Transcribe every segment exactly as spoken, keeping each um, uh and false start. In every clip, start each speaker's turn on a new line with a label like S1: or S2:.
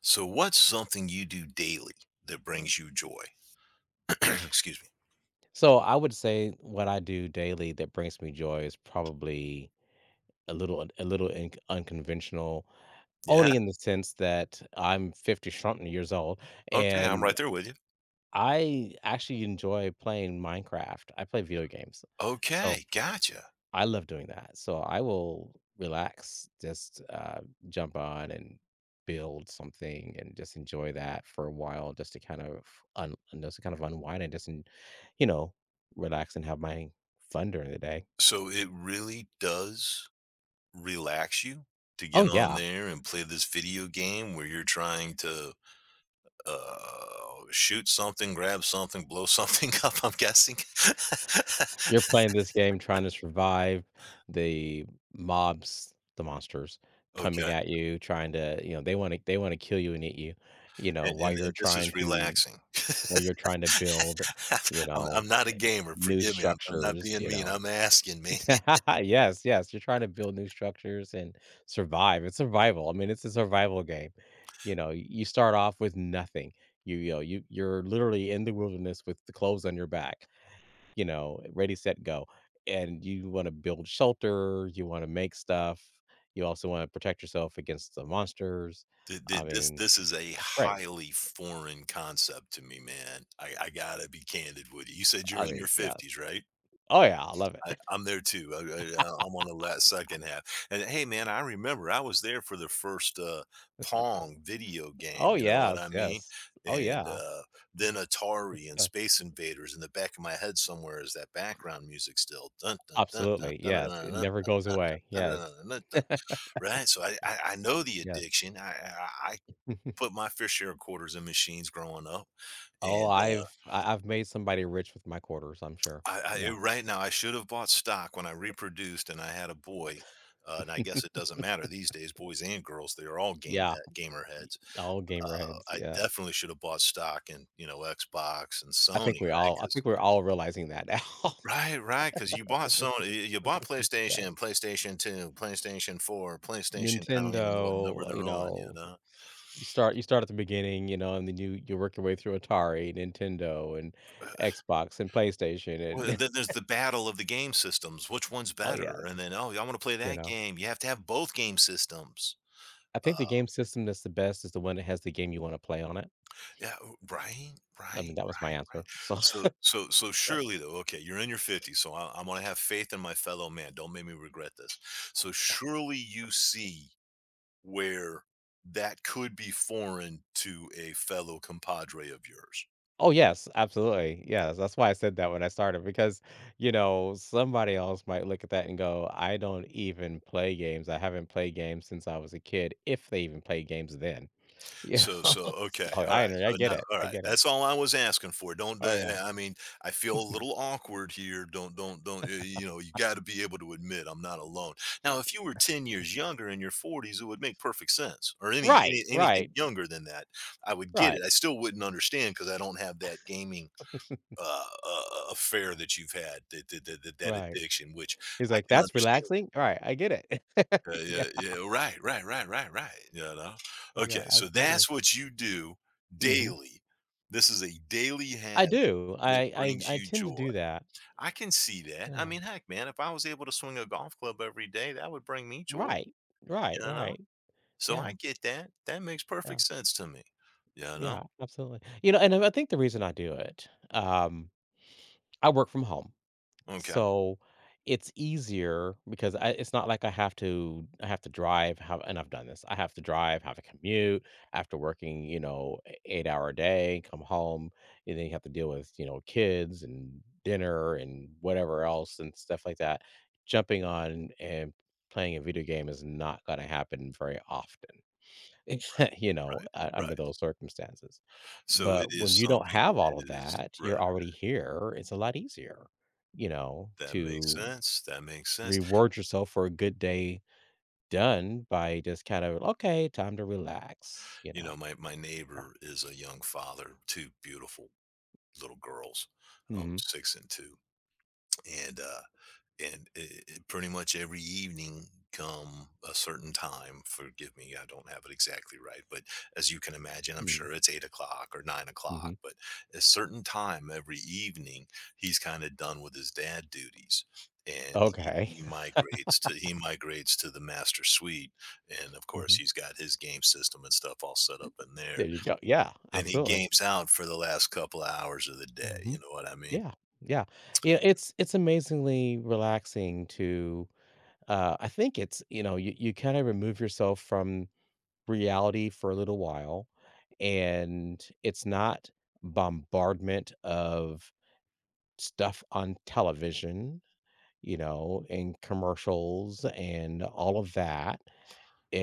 S1: So what's something you do daily that brings you joy? Excuse me.
S2: So I would say what I do daily that brings me joy is probably a little a little in, unconventional,
S1: Yeah.
S2: only in the sense that I'm fifty something years old
S1: Okay. I'm
S2: and
S1: right there with you.
S2: I actually enjoy playing Minecraft. I play video games. So
S1: Okay. Gotcha.
S2: I love doing that. So I will relax, just uh, jump on and build something and just enjoy that for a while, just to kind of un- and just to kind of unwind and just, en- you know, relax and have my fun during the day.
S1: So it really does relax you to
S2: Oh
S1: get on
S2: yeah,
S1: there and play this video game where you're trying to uh, shoot something, grab something, blow something up, I'm guessing.
S2: you're playing this game trying to survive the mobs, the monsters coming
S1: Okay.
S2: at you, trying to, you know, they want to they want to kill you and eat you, you know,
S1: And,
S2: while
S1: and,
S2: you're
S1: and this is
S2: trying to
S1: relaxing.
S2: while you're trying to build, you
S1: I'm,
S2: know,
S1: I'm not a gamer.
S2: new
S1: Forgive me. I'm, I'm not
S2: structures,
S1: being
S2: you
S1: mean.
S2: know?
S1: I'm asking, man.
S2: Yes, yes, you're trying to build new structures and survive. It's survival. I mean, it's a survival game. You know, y- you start off with nothing. You you know, you you're literally in the wilderness with the clothes on your back, you know, ready, set, go. And you wanna build shelter, you wanna make stuff, you also wanna protect yourself against the monsters.
S1: Th th
S2: I
S1: this
S2: mean,
S1: this is a
S2: it's great.
S1: highly foreign concept to me, man. I I gotta be candid with you. You said you're
S2: I
S1: in
S2: mean,
S1: your
S2: yes.
S1: fifties, right?
S2: Oh, yeah, I love
S1: I
S2: it.
S1: I'm there too. I I I'm on the la second half, and, hey, man, I remember I was there for the first, uh, Pong video game,
S2: Oh,
S1: you know what I
S2: yes,
S1: mean?
S2: yes. Oh,
S1: And,
S2: yeah.
S1: uh, then
S2: Good
S1: Atari and
S2: stuff.
S1: Space Invaders in the back of my head somewhere is that background music still. Dun dun dun dun
S2: Absolutely,
S1: dun dun
S2: yes,
S1: dun
S2: it
S1: dun
S2: never goes away.
S1: dun dun dun dun.
S2: Yes,
S1: Dun, dun, dun, dun. Right? So I I I know the
S2: yes.
S1: addiction. I I put my fair share of quarters in machines growing up,
S2: Oh,
S1: and, uh,
S2: I've I I've made somebody rich with my quarters, I'm sure.
S1: I I
S2: Yeah.
S1: right now, I should have bought stock when I reproduced and I had a boy, uh, and I guess it doesn't matter these days, boys and girls, they are all game
S2: Yeah,
S1: head gamer
S2: y
S1: heads.
S2: all gamer heads,
S1: I
S2: yeah.
S1: definitely should have bought stock in, you know, Xbox and
S2: I
S1: Sony,
S2: think we
S1: right?
S2: all I
S1: Because
S2: think we're all realizing that now.
S1: right? Right, because you bought Sony, you bought PlayStation,
S2: Yes.
S1: PlayStation two, PlayStation four, PlayStation I don't even know what number
S2: Nintendo, you
S1: they're on, you
S2: know,
S1: know?
S2: you start you start at the beginning, you know, and then you you work your way through Atari, Nintendo, and Xbox, and PlayStation,
S1: Well,
S2: and
S1: then there's the battle of the game systems. Which one's
S2: oh,
S1: better? And
S2: yes,
S1: then, "Oh, I wanna play
S2: you
S1: that
S2: know?
S1: game." You have to have both game systems.
S2: I
S1: Uh,
S2: think the game system that's the best is the one that has the game you wanna play on it.
S1: yeah, oh right,
S2: I mean,
S1: right,
S2: that was my
S1: right, right.
S2: answer. So,
S1: So so so
S2: yes.
S1: surely though okay, you're in your fifties, so I I wanna have faith in my fellow man, don't make me regret this. So surely you see where that could be foreign to a fellow compadre of yours.
S2: Oh, yes, absolutely. Yes. That's why I said that when I started because, you know, somebody else might look at that and go, I don't even play games. I haven't played games since I was a kid, if they even played games then. You
S1: So
S2: know?
S1: so
S2: so
S1: okay, all
S2: I,
S1: right,
S2: under- I
S1: so
S2: get
S1: now
S2: it.
S1: all
S2: I
S1: right,
S2: get it.
S1: that's all I was asking for, don't
S2: Oh, yeah.
S1: uh, I mean, I feel a little awkward here, don't don't don't y you know, you gotta be able to admit I'm not alone. Now if you were ten years younger, in your forties, it would make perfect sense, or any any
S2: Right.
S1: anything
S2: Right.
S1: younger than that, I would get it, I
S2: Right.
S1: still wouldn't understand understand because I don't have that gaming, uh, uh, affair that you've had, that that that that that
S2: Right.
S1: addiction, which
S2: He's
S1: I
S2: like,
S1: can
S2: that's
S1: understand.
S2: relaxing. All right. I get it.
S1: Yeah,
S2: yeah.
S1: yeah, yeah. Right, right, right, right, right. You know? Okay,
S2: Yeah.
S1: so
S2: Absolutely.
S1: that's what you do
S2: Hmm.
S1: daily. This is a daily
S2: I
S1: habit
S2: do.
S1: that
S2: I,
S1: brings
S2: I, I
S1: you
S2: tend to
S1: joy.
S2: do that.
S1: I can see that. I
S2: Yeah.
S1: mean, heck, man, if I was able to swing a golf club every day, that would bring me joy,
S2: Right. Right.
S1: you know?
S2: Right.
S1: So I
S2: Yeah.
S1: get that. That makes
S2: Yeah.
S1: perfect sense to me, you know?
S2: Yeah, absolutely. You know, and I I think the reason I do it, um, I work from home,
S1: Okay,
S2: so it's easier because I, it's not like I have to I have to drive. Have and I've done this. I have to drive, have a commute after working, you know, a- eight hour day, come home, and then you have to deal with you know kids and dinner and whatever else and stuff like that. Jumping on and playing a video game is not going to happen very often. you know,
S1: right,
S2: uh, under
S1: right.
S2: those circumstances.
S1: So it
S2: But
S1: is
S2: when you don't
S1: something
S2: have all
S1: that
S2: of
S1: is
S2: that,
S1: right.
S2: you're already here. It's a lot easier, you know,
S1: That makes
S2: to
S1: sense. That makes sense.
S2: reward yourself for a good day done by just kind of, okay, time to relax, you
S1: You know,
S2: know.
S1: my, my
S2: Yeah.
S1: neighbor is a young father, too beautiful little girls, um,
S2: Hmm.
S1: six and two, and, uh, and it it pretty much every evening come a certain time, forgive me, I don't have it exactly right, but as you can imagine, I'm
S2: Hmm.
S1: sure it's eight o'clock or nine o'clock.
S2: Hmm.
S1: But a certain time every evening, he's kinda done with his dad duties, and he
S2: Okay.
S1: he migrates to he migrates to the master suite, and, of course,
S2: hmm.
S1: he's got his game system and stuff all set up in there
S2: There you go. Yeah,
S1: and he
S2: absolutely.
S1: games out for the last couple of hours of the day,
S2: Hmm.
S1: you know what I mean?
S2: Yeah. Yeah. Yeah. It's, it's amazingly relaxing to, uh, I think it's, you know, you, you kind of remove yourself from reality for a little while and it's not bombardment of stuff on television, you know, and commercials and all of that.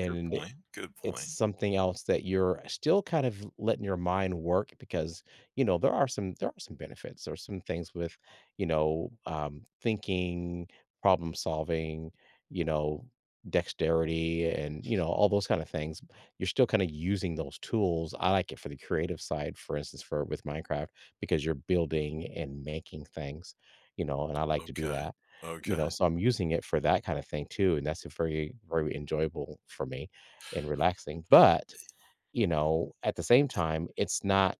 S1: Good point, good
S2: it's
S1: point.
S2: something else that you're still kind of letting your mind work because, you know, there are some there are some benefits or some things with, you know, um, thinking, problem solving, you know, dexterity and, you know, all those kind of things. You're still kind of using those tools. I like it for the creative side, for instance, for with Minecraft, because you're building and making things, you know, and I like to do
S1: Okay,
S2: that. You know,
S1: okay.
S2: so I'm using it for that kind of thing too. And that's a very, very enjoyable for me and relaxing. But, you know, at the same time, it's not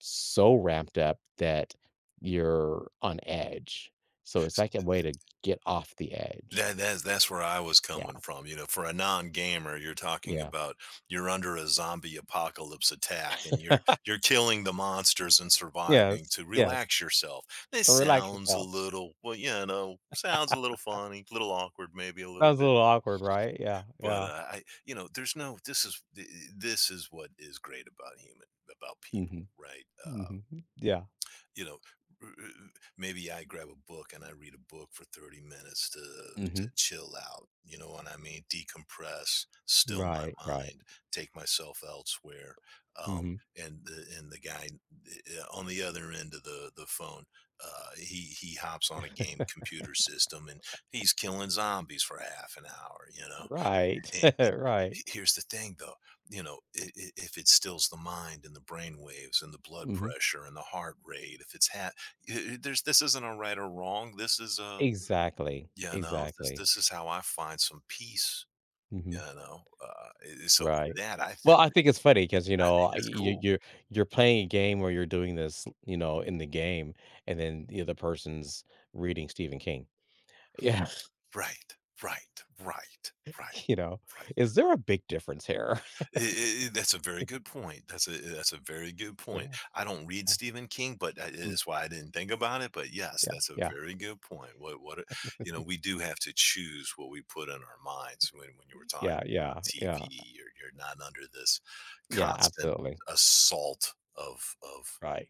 S2: so ramped up that you're on edge. So it's like a way to get off the edge.
S1: That that's that's where I was coming
S2: Yeah.
S1: from, you know, for a non-gamer, you're talking
S2: Yeah.
S1: about you're under a zombie apocalypse attack, and you're you're killing the monsters and
S2: Yes,
S1: surviving to
S2: yes.
S1: relax yourself. This
S2: So relax
S1: sounds a
S2: yourself.
S1: little, well, you know, sounds a little funny, a little awkward, maybe a
S2: That
S1: little
S2: was a
S1: bit.
S2: little awkward, right? Yeah,
S1: But
S2: yeah.
S1: uh, I, you know, there's no. This is th- this is what is great about human about people,
S2: Mhm.
S1: right? Uh,
S2: Mhm. Yeah.
S1: you know, r- r- maybe I grab a book and I read a book for thirty minutes to to
S2: Mhm.
S1: chill out. You know what I mean? Decompress, still
S2: Right,
S1: my
S2: right.
S1: mind, take myself elsewhere. Um,
S2: Mhm.
S1: and the and the guy uh, on the other end of the the phone, uh, he he hops on a game computer system and he's killing zombies for half an hour. You know,
S2: Right,
S1: and and
S2: right.
S1: he here's the thing though, you know, i i if it stills the mind and the brain waves and the blood
S2: Mhm.
S1: pressure and the heart rate, if it's ha I I there's this isn't a right or wrong, this is a
S2: Exactly,
S1: you know, this
S2: exactly.
S1: this is how I find some peace, you
S2: Mhm.
S1: know, uh, I so for
S2: Right.
S1: that, I think
S2: Well, I think it's funny because you
S1: I
S2: know,
S1: think
S2: I
S1: that's
S2: you
S1: cool.
S2: you're you're playing a game where you're doing this, you know, in the game, and then the other person's reading Stephen King. Yeah,
S1: Right, right, right, right,
S2: you know?
S1: right.
S2: Is there a big difference here?
S1: I- I- that's a very good point. That's a eh, that's a very good
S2: You
S1: point.
S2: know?
S1: I don't read
S2: Yeah.
S1: Stephen King, but that
S2: Mm,
S1: is why I didn't think about it. But yes,
S2: yeah,
S1: that's a
S2: yeah.
S1: very good point. What what a- you know, we do have to choose what we put in our minds when when you were
S2: Yeah,
S1: talking about
S2: yeah, yeah.
S1: T V. You're you're not under this
S2: Yeah,
S1: constant
S2: absolutely.
S1: assault of of
S2: Right.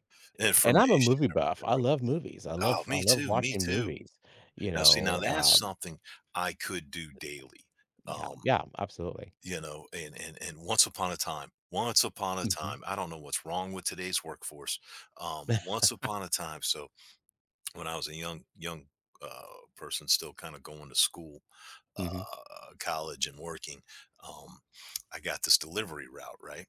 S2: And I'm a
S1: information
S2: movie
S1: or
S2: buff. I
S1: whatever.
S2: love movies. I
S1: Oh,
S2: love I
S1: me
S2: love
S1: too, me
S2: watching
S1: too.
S2: movies, you
S1: Now see, now
S2: know?
S1: that's
S2: Um,
S1: something I could do daily.
S2: yeah,
S1: Um,
S2: yeah, absolutely.
S1: you know and and and once upon a time once upon a
S2: Mhm,
S1: time i don't know what's wrong with today's workforce. Um once upon a time so when i was a young young uh, person still kind of going to school,
S2: mhm.
S1: uh college, and working, um i got this delivery route, right?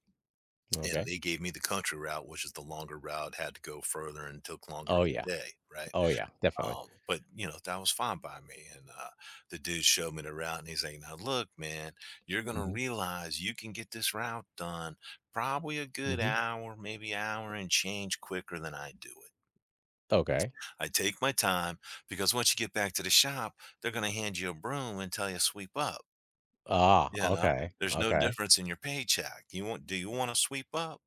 S1: And
S2: Okay.
S1: they gave me the country route, which is the longer route, had to go further and took longer
S2: Oh,
S1: of
S2: yeah.
S1: the day, right?
S2: Oh, yeah, definitely.
S1: Um, but you know, that was fine by me. And uh the dude showed me the route and he's like, "Now look, man, you're gonna
S2: Mhm,
S1: realize you can get this route done probably a good
S2: mhm.
S1: hour, maybe hour and change quicker than I do it.
S2: Okay.
S1: I take my time, because once you get back to the shop, they're gonna hand you a broom and tell you sweep up.
S2: Ah,
S1: You know,
S2: okay,
S1: there's no
S2: okay.
S1: difference in your paycheck. You want Do you want to sweep up?"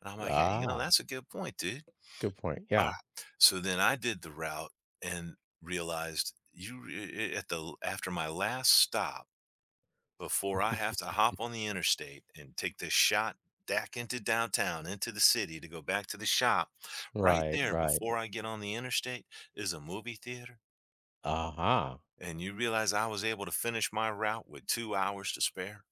S1: And I'm like, hey, you know,
S2: Ah,
S1: that's a good point, dude.
S2: good point, yeah.
S1: Alright, so then I did the route and realized you re at the after my last stop, before I have to hop on the interstate and take this shot back into downtown, into the city to go back to the shop, right
S2: Right,
S1: there
S2: right.
S1: before I get on the interstate is a movie theater,
S2: Uh-huh.
S1: and you realize I was able to finish my route with two hours to spare?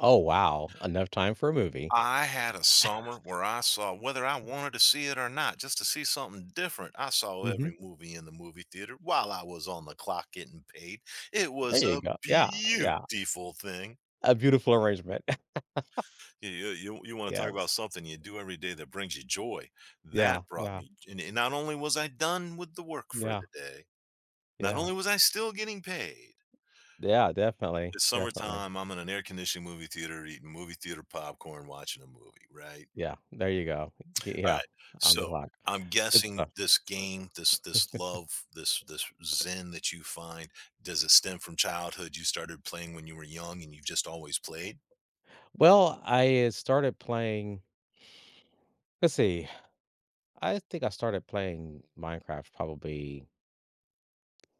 S2: Oh, wow, enough time for a movie.
S1: I had a summer where I saw, whether I wanted to see it or not, just to see something different. I saw
S2: Mhm,
S1: every movie in the movie theater while I was on the clock getting paid. It was
S2: there you
S1: a
S2: go. Yeah, yeah,
S1: beautiful thing.
S2: a beautiful arrangement.
S1: You, you, you want to talk about
S2: Yes.
S1: something you do every day that brings you joy.
S2: Yeah,
S1: That brought
S2: yeah,
S1: me, and and not only was I done with the work for
S2: yeah,
S1: the day, not
S2: yeah.
S1: only was I still getting paid.
S2: Yeah, definitely,
S1: It's
S2: definitely.
S1: summertime. I'm in an air conditioned movie theater, eating movie theater popcorn, watching a movie, right?
S2: Yeah, there you go. G yeah,
S1: Alright,
S2: on the
S1: so,
S2: clock.
S1: I'm
S2: Good
S1: guessing
S2: stuff.
S1: this game, this this love, this this zen that you find, does it stem from childhood? You started playing when you were young and you've just always played?
S2: Well, I uh, started playing let's see, I think I started playing Minecraft probably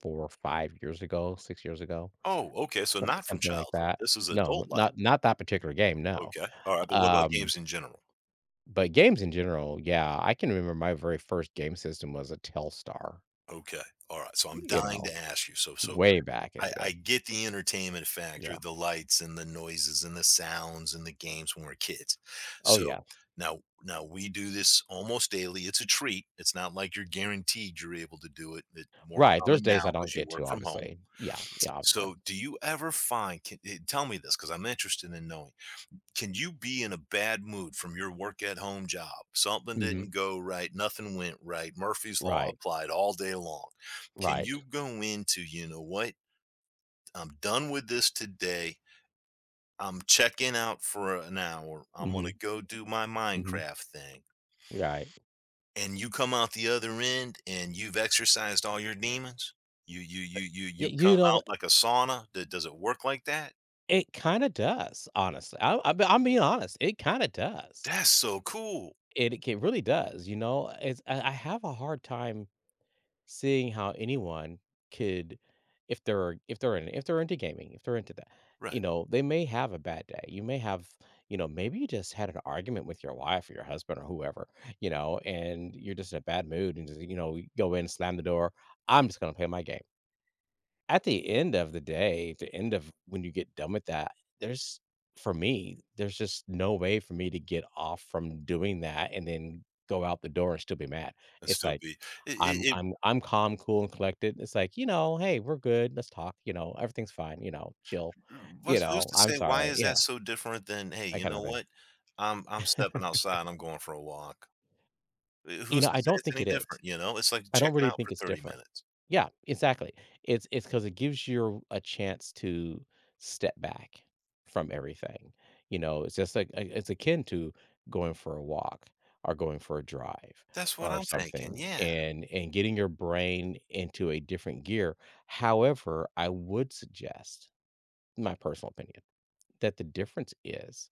S2: four or five years ago, six years ago.
S1: Oh, okay, so
S2: Some
S1: not from
S2: something like
S1: childhood.
S2: that.
S1: This is
S2: No,
S1: adult life.
S2: not not that particular game, no.
S1: Okay, alright, but what about
S2: Um,
S1: games in general?
S2: but games in general, yeah, I can remember my very first game system was a Telstar,
S1: Okay, alright, so I'm
S2: you
S1: dying
S2: know,
S1: to ask you, so so
S2: way back in
S1: I,
S2: the day.
S1: I get the entertainment factor,
S2: Yeah.
S1: the lights and the noises and the sounds and the games when we're kids.
S2: Oh,
S1: So
S2: yeah.
S1: now now we do this almost daily. It's a treat. It's not like you're guaranteed you're able to do it. It's more
S2: Right, there's
S1: common
S2: days I
S1: now
S2: don't
S1: because you
S2: get
S1: work
S2: to,
S1: from home.
S2: obviously. Yeah, yeah, obviously.
S1: So do you ever find, can, eh, tell me this because I'm interested in knowing. Can you be in a bad mood from your work at home job? Something
S2: Mhm.
S1: didn't go right, nothing went right. Murphy's law
S2: Right,
S1: applied all day long. Can
S2: right.
S1: you go into, you know what? I'm done with this today. I'm checking out for an hour. I'm going to
S2: Mhm,
S1: go do my
S2: mhm,
S1: Minecraft thing."
S2: right.
S1: And you come out the other end and you've exercised all your demons? You you you you
S2: Y
S1: you come
S2: you know,
S1: out like a sauna? D does it work like that?
S2: it kinda does, honestly. I I'm I'm being honest, it kinda does.
S1: That's so cool.
S2: It it really does, you know? It's I I have a hard time seeing how anyone could if they're if they're in if they're into gaming, if they're into that, you
S1: Right,
S2: know, they may have a bad day. You may have, you know, maybe you just had an argument with your wife or your husband or whoever, you know, and you're just in a bad mood and just, you know, you go in, slam the door. I'm just gonna play my game. At the end of the day, at the end of when you get done with that, there's for me, there's just no way for me to get off from doing that and then go out the door and still be mad.
S1: and
S2: It's
S1: still
S2: like,
S1: be it
S2: I'm
S1: it it
S2: I'm I'm calm, cool, and collected. It's like, you know, hey, we're good. Let's talk. You know, everything's fine. You know, chill.
S1: mm,
S2: You
S1: what's who's
S2: know,
S1: to
S2: I'm
S1: say why
S2: sorry.
S1: is
S2: You
S1: that
S2: know,
S1: so different than, "Hey,
S2: that
S1: you
S2: kind
S1: know
S2: of thing.
S1: what? I'm I'm stepping outside and I'm going for a walk." Eh,
S2: You
S1: who's
S2: know,
S1: to
S2: I
S1: say
S2: don't
S1: it's
S2: think
S1: any
S2: it is.
S1: different, you know? It's like
S2: I don't
S1: checking
S2: really
S1: out
S2: think
S1: for
S2: it's
S1: thirty
S2: different.
S1: minutes.
S2: Yeah, exactly. It's it's because it gives you a chance to step back from everything, you know? It's just like, I it's akin to going for a walk or going for a drive
S1: That's what
S2: or
S1: I'm thinking,
S2: something
S1: yeah.
S2: and and getting your brain into a different gear. However, I would suggest, my personal opinion, that the difference is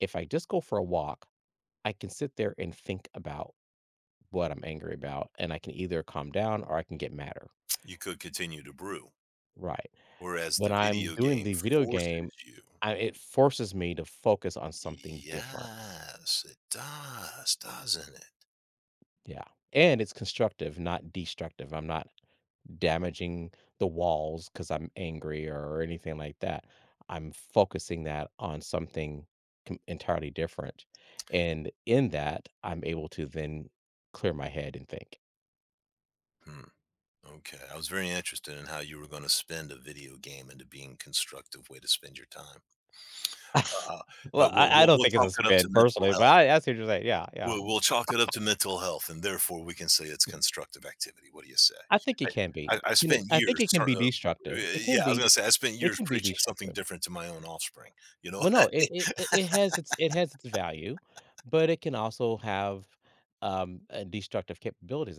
S2: if I just go for a walk, I can sit there and think about what I'm angry about, and I can either calm down or I can get madder.
S1: You could continue to brew,
S2: Right.
S1: whereas the
S2: When I'm
S1: video
S2: doing
S1: game
S2: the video
S1: forces
S2: game,
S1: you.
S2: I it forces me to focus on something different.
S1: Yes, it does, doesn't it?
S2: Yeah. And it's constructive, not destructive. I'm not damaging the walls because I'm angry or anything like that. I'm focusing that on something com- entirely different. And in that, I'm able to then clear my head and think.
S1: Hmm, okay, I was very interested in how you were gonna spend a video game into being constructive way to spend your time, uh,
S2: well,
S1: but we'll
S2: I, I
S1: we'll
S2: don't
S1: we'll
S2: think it's
S1: chalk
S2: a
S1: it up to
S2: spin
S1: mental
S2: personally, but
S1: health.
S2: I, I see what you're saying. Yeah, yeah.
S1: We'll we'll chalk it up to mental health, and therefore, we can say it's constructive activity, what do you say?
S2: I think it can be.
S1: I I I
S2: Can it,
S1: spent
S2: I think
S1: years
S2: it can
S1: sort
S2: be
S1: of
S2: destructive. It
S1: yeah,
S2: can
S1: I was
S2: be.
S1: gonna say I spent
S2: It
S1: years
S2: can be
S1: preaching something
S2: destructive.
S1: different to my own offspring, you know what
S2: Well,
S1: I
S2: no,
S1: mean?
S2: it it it it has its it has its value, but it can also have, um, uh, destructive capabilities,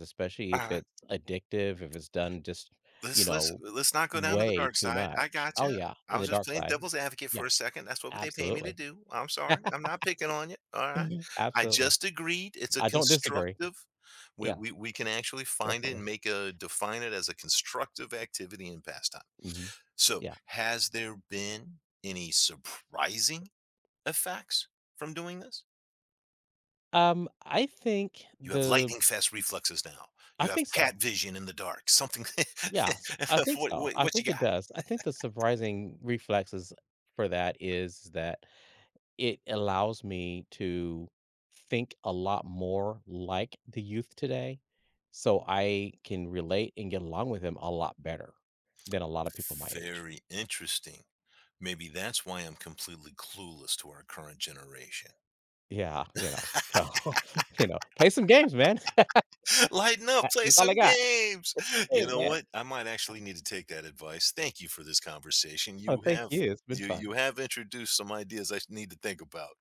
S2: especially if
S1: Alright.
S2: it's addictive, if it's done just, you
S1: Let's let's
S2: know,
S1: let's not go down to the
S2: way
S1: dark
S2: too
S1: side. I
S2: much.
S1: got
S2: Oh,
S1: you.
S2: yeah,
S1: I
S2: in
S1: was
S2: the
S1: just
S2: dark
S1: playing
S2: side.
S1: devil's advocate
S2: Yeah,
S1: for a second. That's what they pay me to
S2: absolutely.
S1: do. I'm sorry. I'm not picking on you. All right.
S2: Mhm.
S1: I
S2: Absolutely.
S1: just agreed. It's a
S2: I don't disagree.
S1: constructive. We
S2: Yeah,
S1: we we can actually find it
S2: definitely.
S1: and make a define it as a constructive activity and pastime.
S2: Mhm.
S1: So,
S2: Yeah.
S1: has there been any surprising effects from doing this?
S2: Um, I think
S1: You have
S2: the
S1: lightning fast reflexes now.
S2: I
S1: You have
S2: think
S1: cat
S2: so.
S1: vision in the dark. Something.
S2: Yeah, s I think
S1: what,
S2: so,
S1: what
S2: I
S1: what you
S2: think it
S1: got?
S2: does. I think the surprising reflexes for that is that it allows me to think a lot more like the youth today, so I can relate and get along with them a lot better than a lot of people my age.
S1: Very interesting. Maybe that's why I'm completely clueless to our current generation.
S2: Yeah, you know, so, you know, play some games, man.
S1: Lighten up, play
S2: That's all I
S1: some
S2: got.
S1: games. You
S2: Hey,
S1: know
S2: man.
S1: what? I might actually need to take that advice. Thank you for this conversation.
S2: Oh,
S1: You
S2: thank
S1: have
S2: you, it's been
S1: you you
S2: fun.
S1: have introduced some ideas I need to think about.